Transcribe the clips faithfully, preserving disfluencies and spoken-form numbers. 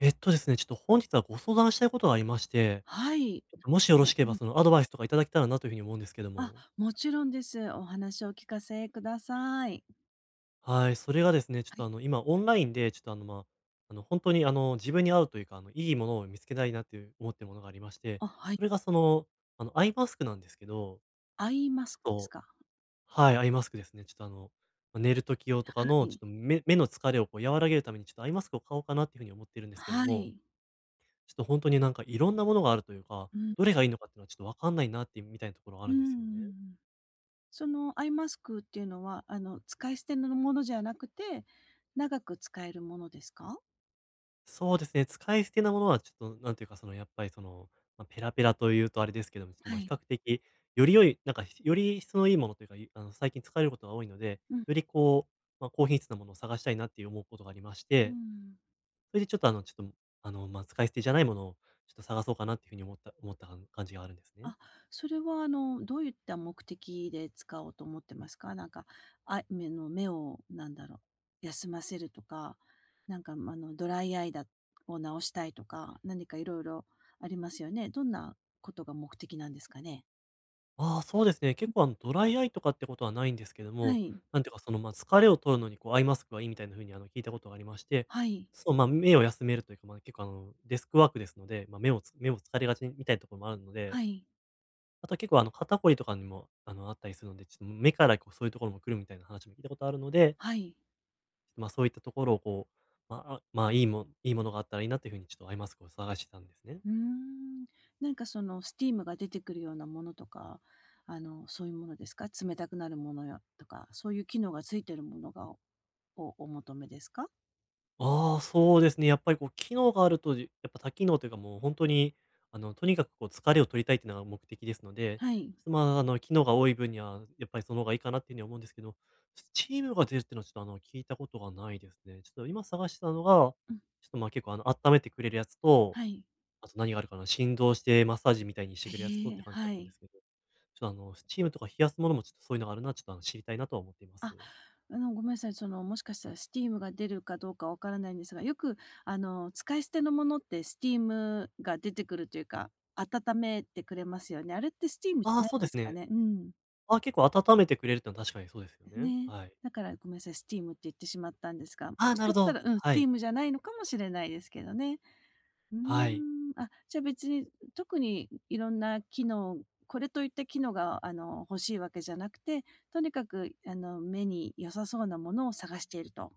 えっとですね、ちょっと本日はご相談したいことがありまして、はい。ちょっなとんもでしよしろょしけれう？うばん。そのアドバイスとかいただけたらなというふうに思うんですけどあ、も。もちろんです。お話をお聞かせください。はい、それがですね、ちょっはとあい。の今オンラインでちょっとあのまあ、あの本当にあの自分に合うというか、あのいいものを見つけたいなっていう思ってるものがありまして、あ、はい。それがその、あのアイマスクなんですけど、アイマちょスっクですと、か？ははい、アイマスクですね。ちょっとあの、まあ寝る時用とかのちょっい。と目目の疲れをこう和らげるためにちょっとアイマスクを買おうかなっていうふうに思ってるんですけどはも。い。ちょっとほんとになんかいろんなものがあるというか、うん。どれがいいのかっていうのはちょっとわかんないなってみたいなところあうんるんうですよね。んうん。そのアイマスクっていうのは、あの、使い捨てのものじゃなくて、長く使えるものですか？そうですね、使い捨てなものはちょっとなんていうか、そのやっぱりその、ま、ペラペラというとあれですけども、ちょっとはま、比較い。的より良い、なんかより質のいいものというか、いあの最近使えることが多いので、うん、よりこう、ま、高品質なものを探したいなっていう思うことがありましうて、ん。それでちょっとあのちょっと、あの、ま、使い捨てじゃないものをちょっと探そうかなっていう風に思った思ったかん感じがあるんですね。あ、それはあの、どういった目的で使おうと思ってますか？なんか、あ目の目をなんだろう、休ませるとか、なんか、ま、あの、ドライアイだを直したいとか、何かいろいろありますよね。どんなことが目的なんですかね？ああ、そうですね。結構あの、ドライアイとかってことはないんですけどはも、い。なんていうか、その、まあ、疲れを取るのにこう、アイマスクがいいみたいな風にあの、聞いたことがありまして、はい。そう、まあ、目を休めるというか、まあ、結構あの、デスクワークですので、まあ、目をつ目を疲れがちみたいなところもあるので、はい。あとは結構あの、肩こりとかにもあの、あったりするので、ちょっと目からこう、そういうところも来るみたいな話も聞いたことあるので、はい。まあ、そういったところをこう、まあ、あまあ、いいもいいものがあったらいいなっていう風にちょっとアイマスクを探してたんですね。うーん。なんかそのスティームが出てくるようなものとか、あの、そういうものですか？冷たくなるものやとか、そういう機能がついてるものがおお求めですか？ああ、そうですね。やっぱりこう機能があると、じやっぱ多機能というかもう本当に、あの、とにかくこう疲れを取りたいっていうのが目的ですので、はい。ちょっと、まあ、あの、機能が多い分には、やっぱりその方がいいかなっていうふうに思うんですけど、チームが出るっていうのはちょっと、あの、聞いたことがないですね。ちょっと今探してたのが、ちょうん、っと、ま、結構、あの、温めてくれるやつと、はい。あと何があるかな、振動してマッサージみたいにしてくへれるやつとってえ、感じだはったんでい。すけど、ちょっと、あの、スチームとか冷やすものもちょっとそういうのがあるなちょっと、あの、知りたいなとは思っています。あ、あの、ごめんなさい、その、もしかしたらスチームが出るかどうかわからないんですが、よく、あの、使い捨てのものってスチームが出てくるというか、温めてくれますよね。あれってスチームじあゃあ、なそいんうでですすかね。ね？うん。ああ、結構温めてくれるってのは確かにそうですよね。ね。はい。だからごめんなさい、スチームって言ってしまったんですが、もああ、しなるかほしたど。ら、うん、スはチい。ームじゃないのかもしれないですけどね。うーん、はい。あ、じゃあ別に特にいろんな機能、これといった機能があの欲しいわけじゃなくて、とにかくあの目に良さそうなものを探していると。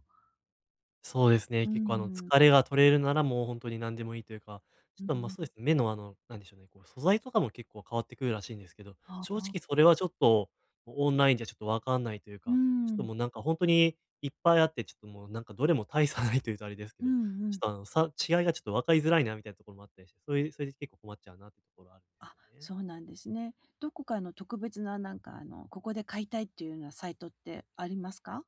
そうですね。う結構あの、ん、疲れが取れるならもう本当に何でもいいというか、ちょうっん、と、ま、そうですね、目のあの、なんでしょうね、こう素材とかも結構変わってくるらしいんですけど、あ正あ、直それはちょっと、オンラインじゃちょっとわかんないといううか、ちょっとん、もうなんか本当にいっぱいあって、ちょっともうなんかどれも大差ないというとあれですけうんど、ちょうっん。とあの、さ違いがちょっと分かりづらいなみたいなところもあったりして、それそれで結構困っちゃうなっていうところはあるんですあ、よね。そうなんですね。どこかの特別ななんかあのここで買いたいっていうようなサイトってありますか？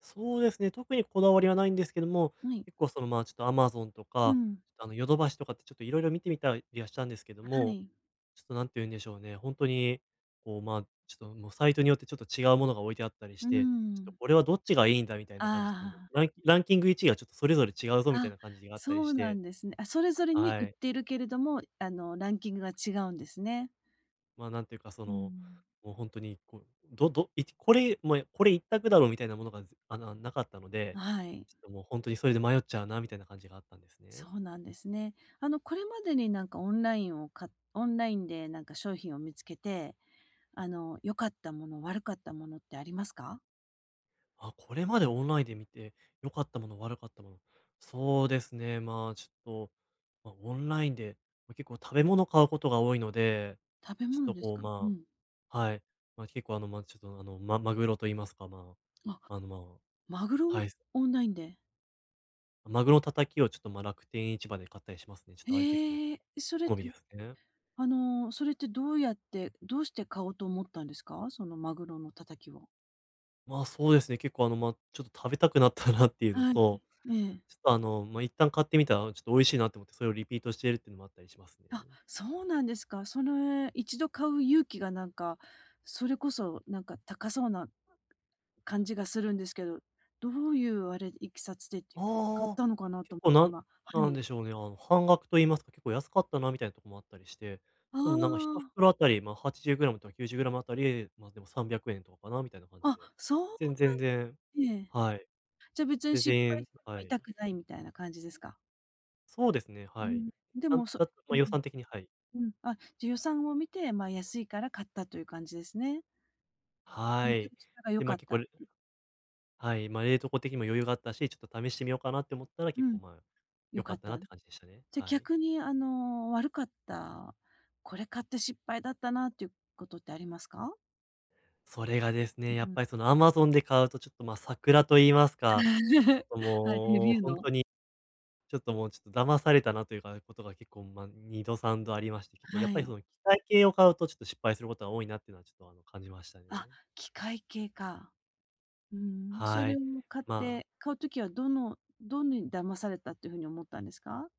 そうですね、特にこだわりはないんですけども、はい。結構その、まあ、ちょっとアマゾンとうか、ん。ちょっとあの、ヨドバシとかってちょっといろいろ見てみたりはしたんですけどはも、い。ちょっとなんて言うんでしょうね、本当に、こう、まあ、ちょっともうサイトによってちょっと違うものが置いてあったりしうて、ちょっとん。これはどっちがいいんだみたいな感じで、もうああ。ランキランキングいちいがちょっとそれぞれ違うぞみたあ、いな感じがあったりそしうなて、んですね。あ、それぞれには売っい。ているけれども、あの、ランキングが違うんですね。まあ、なんていうか、そうの、ん。もう本当に、こう、どどいこれ、もう、これいったくだろうみたいなものが、ずあの、なかったので、はい、ちょっともう本当にそれで迷っちゃうなみたいな感じがあったんですね。そうなんですね。あの、これまでになんかオンラインをかオンラインでなんか商品を見つけて、あの、良かったもの、悪かったものってありますか？あ、これまでオンラインで見て良かったもの、悪かったもの。そうですね、まあ、ちょっと、まあ、オンラインで、ま、結構食べ物買うことが多いので、食べちょっ物とですこう、か？うまん。あはい、まあ、結構あの、まあ、ちょっとあの、まマグロと言いますか、まあ、あ、あの、まあマグロ、はい、オンラインで。マグロのたたきをちょっと、まあ、楽天市場で買ったりしますね。ちょっとあれ結構へえ、それっ好みて、ですね。あの、それってどうやってどうして買おうと思ったんですか？そのマグロのたたきを。まあ、そうですね、結構あの、ま、あちょっと食べたくなったなっていうのはい。と、ええ。ちょっとあの、ま、あいったん買ってみたら、ちょっと美味しいなって思って、それをリピートしているっていうのもあったりしますね。あ、そうなんですか。その、一度買う勇気がなんか、それこそなんか高そうな感じがするんですけど、どういうあれ、いきさつでっていう、買っああ。たのかなと思結っ構なてん今、はなんい。でしょうね、あの、半額と言いますか、結構安かったなみたいなとこもあったりして、ちょっともうなんか一あ袋あたり、ま、あ はちじゅうグラム とか きゅうじゅうグラム あたり、ま、あでもさんびゃくえんとかかなみたいな感じで。あ、あ、そう、全然全然ね。はい。じゃあ別に全失敗し然てはもい。痛くないみたいな感じですか？そうですね、うはい。ん。でなんも、そだったうま、ん予うん、算的にはい。あ、じゃあ予算を見て、ま、安いから買ったという感じですね。うはん。でい。もそれが良で、ま、かあっ結構た。はい、まあ、冷凍庫的にも余裕があったし、ちょっと試してみようかなって思ったら、う結構、ん、まあ、良良かかっったた。なって感じでしたね。じゃ、はい。逆にあの、悪かった、これ買って失敗だったなっていうことってありますか？それがですね、やうっん。ぱりその アマゾン で買うとちょっと、まあ、桜と言いますか、ちょっと あ、レもうビュー本の？当に、ちょっともうちょっと騙されたなというか、ことが結構、まあ、にどさんどありまして、結構やっはぱりそい。の機械系を買うとちょっと失敗することが多いなっていうのはちょっと、あの、感じましたね。あ、機械系か。うん、そはれをい。買っまあて買うときはどのどのに騙されたっていうふうに思ったんですか？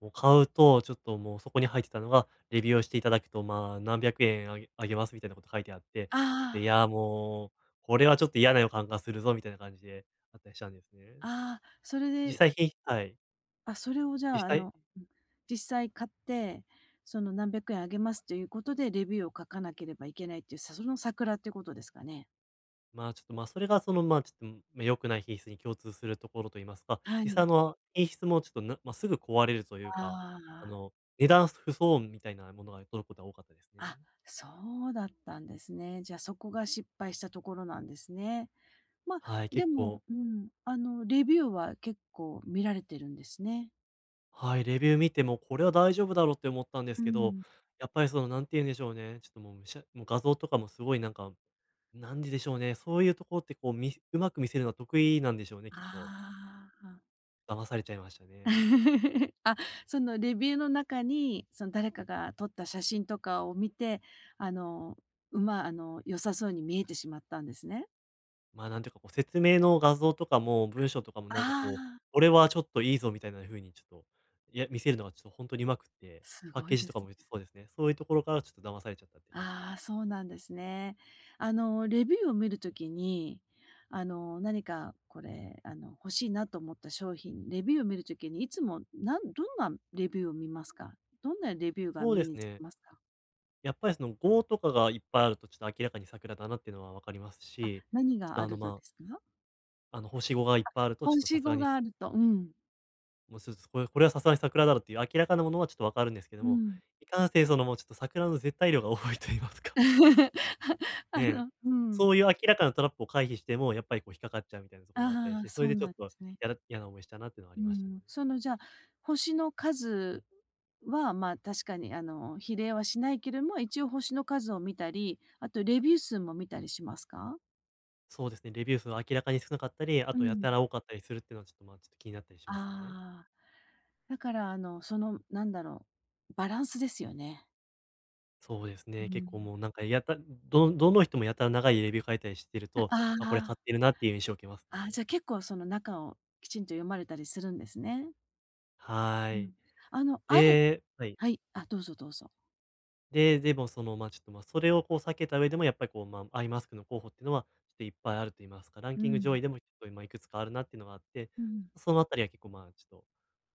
もう買うと、ちょっともうそこに入ってたのが、レビューをしていただくと、まあ、なんびゃくえんあげあげますみたいなこと書いてあって、あちょっといあ、や、もう、これはちょっと嫌な予感がするぞみたいな感じであったりしたんですね。ああ、それ実で、際品質はい。あ、それをじ実ゃあ、あ際、の、うん、実際買って、その何百円あげますということでレビューを書かなければいけないっていう、さその桜っていうことですかね？まあ、ちょっと、ま、それがその、ま、あちょっと、ま、良くない品質に共通するところと言いますか、は実際あい。の、品質もちょっと、なまあ、すぐ壊れるというか、ああの、値段不相応みたいなものが届くことが多かったですあ、ね。あ、そうだったんですね。じゃあ、そこが失敗したところなんですね。まあ、はい、で結構も、うん、あの、レビューは結構見られてるんですね。はい、レビュー見てもこれは大丈夫だろうって思ったんですうけど、ん。やっぱりそのなんて言うんでしょうね、ちょっともうむしゃもう画像とかもすごいなんか、なんででしょうね、そういうところってこう見うまく見せるのは得意なんでしょうね、きっと。ああ。騙されちゃいましたね。あ、そのレビューの中に、その誰かが撮った写真とかを見て、あの、うまあの、良さそうに見えてしまったんですね。まあ、なんていうかこう説明の画像とかも文章とかもなんかあこう、あ、これはちょっといいぞみたいな風にちょっと、いや、見せるのがちょっと本当にうまくって、すパッごケいージでとかす。もそうですね、そういうところからちょっと騙されちゃったって感じですああ、ね。そうなんですね。あの、レビューを見るときに、あの、何かこれ、あの、欲しいなと思った商品、レビューを見るときに、いつも、なん、どんなレビューを見ますか？どんなレビューがそうで目すにつきね。ますか？やっぱりそのごとかがいっぱいあると、ちょっと明らかに桜だなっていうのは分かりますあ、し、何ちょっがとああの、るとまですあ、か？あの、星ごがいっぱいあると、ちょっとさ星すがごに、があるとうん。もうちょっとこれこれはさすがに桜だろうっていう明らかなものはちょっと分かるんですけどうも、ん。いかんせいそのもうちょっと桜の絶対量が多いと言いますか、ねあえ。のうん。そういう明らかなトラップを回避しても、やっぱりこう引っかかっちゃうみたいなところがあったりしああ、て、それそうでちょなっんでとすね。やだ嫌な思いしたなっていうのはあうりましたね。ん、そのじゃあ、星の数は、まあ、確かにあの比例はしないけれども、一応星の数を見たり、あとレビュー数も見たりしますか？そうですね、レビュー数が明らかに少なかったり、あうとやん。たら多かったりするっていうのはちょっと、まあ、ちょっと気になったりしますね。ああ、だからあの、そのなんだろう、バランスですよね。そうですうね、結ん。構もうなんかやたどのどの人もやたら長いレビュー書いたりしてる と、ああ、これ買あ、ってるなっていう印象を受けますね。ああ、じゃあ結構その中をきちんと読まれたりするんですね。はうーい。ん。あの、あえではい。はい、あ、どうぞどうぞ。で、でもその、ま、ちょっと、ま、それをこう避けた上でもやっぱりこう、ま、アイマスクの候補っていうのはちょっといっぱいあると言いますか、ランうキング上ん。位でも、今いくつかあるなっていうのがあって、うん。そのあたりは結構、ま、ちょっと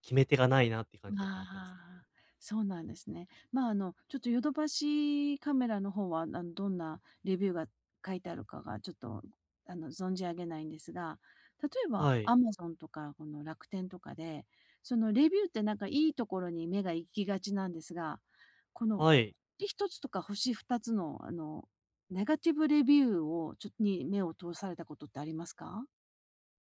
決め手がないなっていう感じでま困ってます。あ、そうなんですね。まあ、あの、ちょっとヨドバシカメラの方は、あの、どんなレビューが書いてあるかがちょっと、あの、存じ上げないんですが、例えばはい。アマゾンとかこの楽天とかで、そのレビューってなんかいいところに目が行きがちなんですが、このはい。星一つとか星二つの、あの、ネガティブレビューをちょっとに目を通されたことってありますか？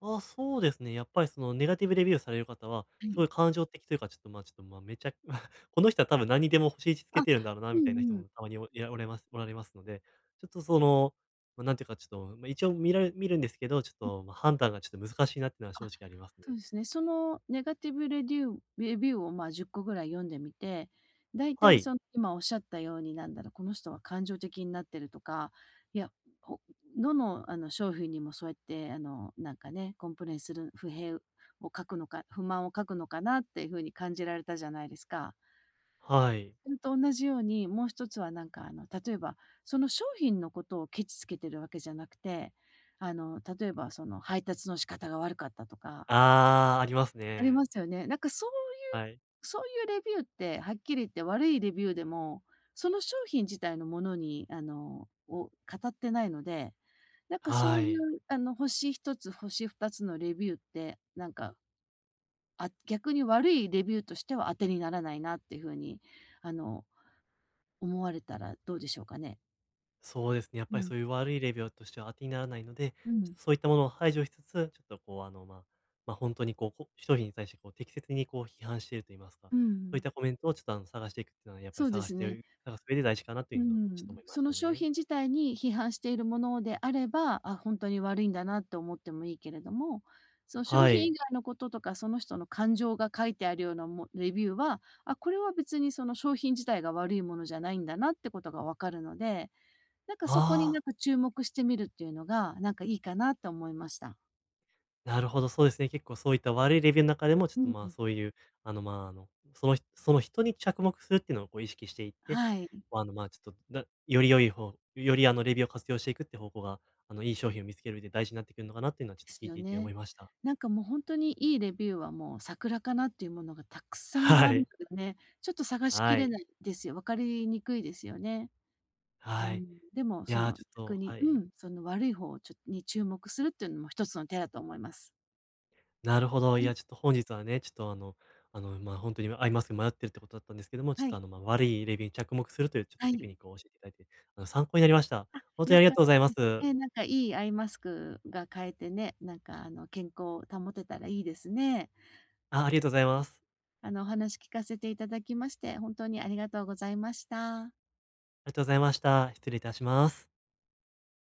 あ、そうですね。やっぱりそのネガティブレビューされる方は、はすごい。い感情的というか、ちょっと、まあ、ちょっと、まあ、めちゃ この人は多分何にでも星いちけあ、てるんだろうなうみたいな人んうん。もたまにおいらおれますおられますので、ちょっとその、まあ、なんていうかちょっと、まあ、一応見られ見るんですけど、ちょっうん、と、まあ、判断がちょっと難しいなっていうのは正あ、直ありますそね。うですね。そのネガティブレビューレビューを、まあ、じゅっこぐらい読んでみて、だいたはいそい。の今おっしゃったように、なんだろう、この人は感情的になってるとか、いや、ほどのあの商品にもそうやって、あの、なんかね、コンプレインする不平を書くのか、不満を書くのかなっていうふうに感じられたじゃないですか。はい。それと同じように、もう一つはなんか、あの、例えば、その商品のことをケチつけてるわけじゃなくて、あの、例えば、その配達の仕方が悪かったとか、ああ、ありますありまね。すよね。なんかそういうはい。そういうレビューって、はっきり言って悪いレビューでも、その商品自体のものに、あの、を語ってないので、なんかそはういい。うあの、星一つ、星二つのレビューって、なんか、あ、逆に悪いレビューとしては当てにならないなっていう風に、あの、思われたらどうでしょうかね？そうですね、やっうぱりん。そういう悪いレビューとしては当てにならないので、ちうょっん。とそういったものを排除しつつ、ちょっとこう、あの、まあ、まあ、本当にこう、こ一人に対してこう適切にこう批判していると言いますか、うそういっん。たコメントをちょっとあの、探していくっていうのはやっぱりそうで探しすね。て探す上で大事かなといううのはちょっん、と思いまそしのた商ね。品自体に批判しているものであれば、あ、本当に悪いんだなって思ってもいいけれども、その商は品以い。外のこととか、その人の感情が書いてあるようなもレビューは、あ、これは別にその商品自体が悪いものじゃないんだなってことがわかるので、なんかそこにあなんあ。か注目してみるっていうのが、なんかいいかなと思いました。なるほど、そうですね。結構そういった悪いレビューの中でも、ちょっうとん、まあそういう、あのまあ、あの、その人その人に着目するっていうのをこう意識していって、はい。あのまあちょっと、だより良い方、よりあのレビューを活用していくって方向が、あのいい商品を見つける上で大事になってくるのかなっていうのはちょでっと聞すいよていて思ね。いました。なんかもう本当にいいレビューはもう桜かなっていうものがたく さんはあるのい。でね、ちょっと探しきはれい。ないですよ。分かりにくいですよね。うはい。ん、でもいそやー、のちょっ逆と、に、はい。うん、その悪い方をちょっとに注目するっていうのも一つの手だと思います。なるほど。いはい、や、ちょっと本日はね、ちょっとあの、あの、まあ、本当にアイマスク迷ってるってことだったんですけども、ちょっはとい、あの、まあ、悪いレビューに着目するというちょっとはテクい。ニックを教えていただいて、あの、参考になりました。本当によありがかっとうございまたす。ですね。なんかいいアイマスクが買えてね、なんかあの健康を保てたらいいですね。あ、ありがとうございます。あのお話聞かせていただきまして、本当にありがとうございました。ありがとうございました。失礼いたします。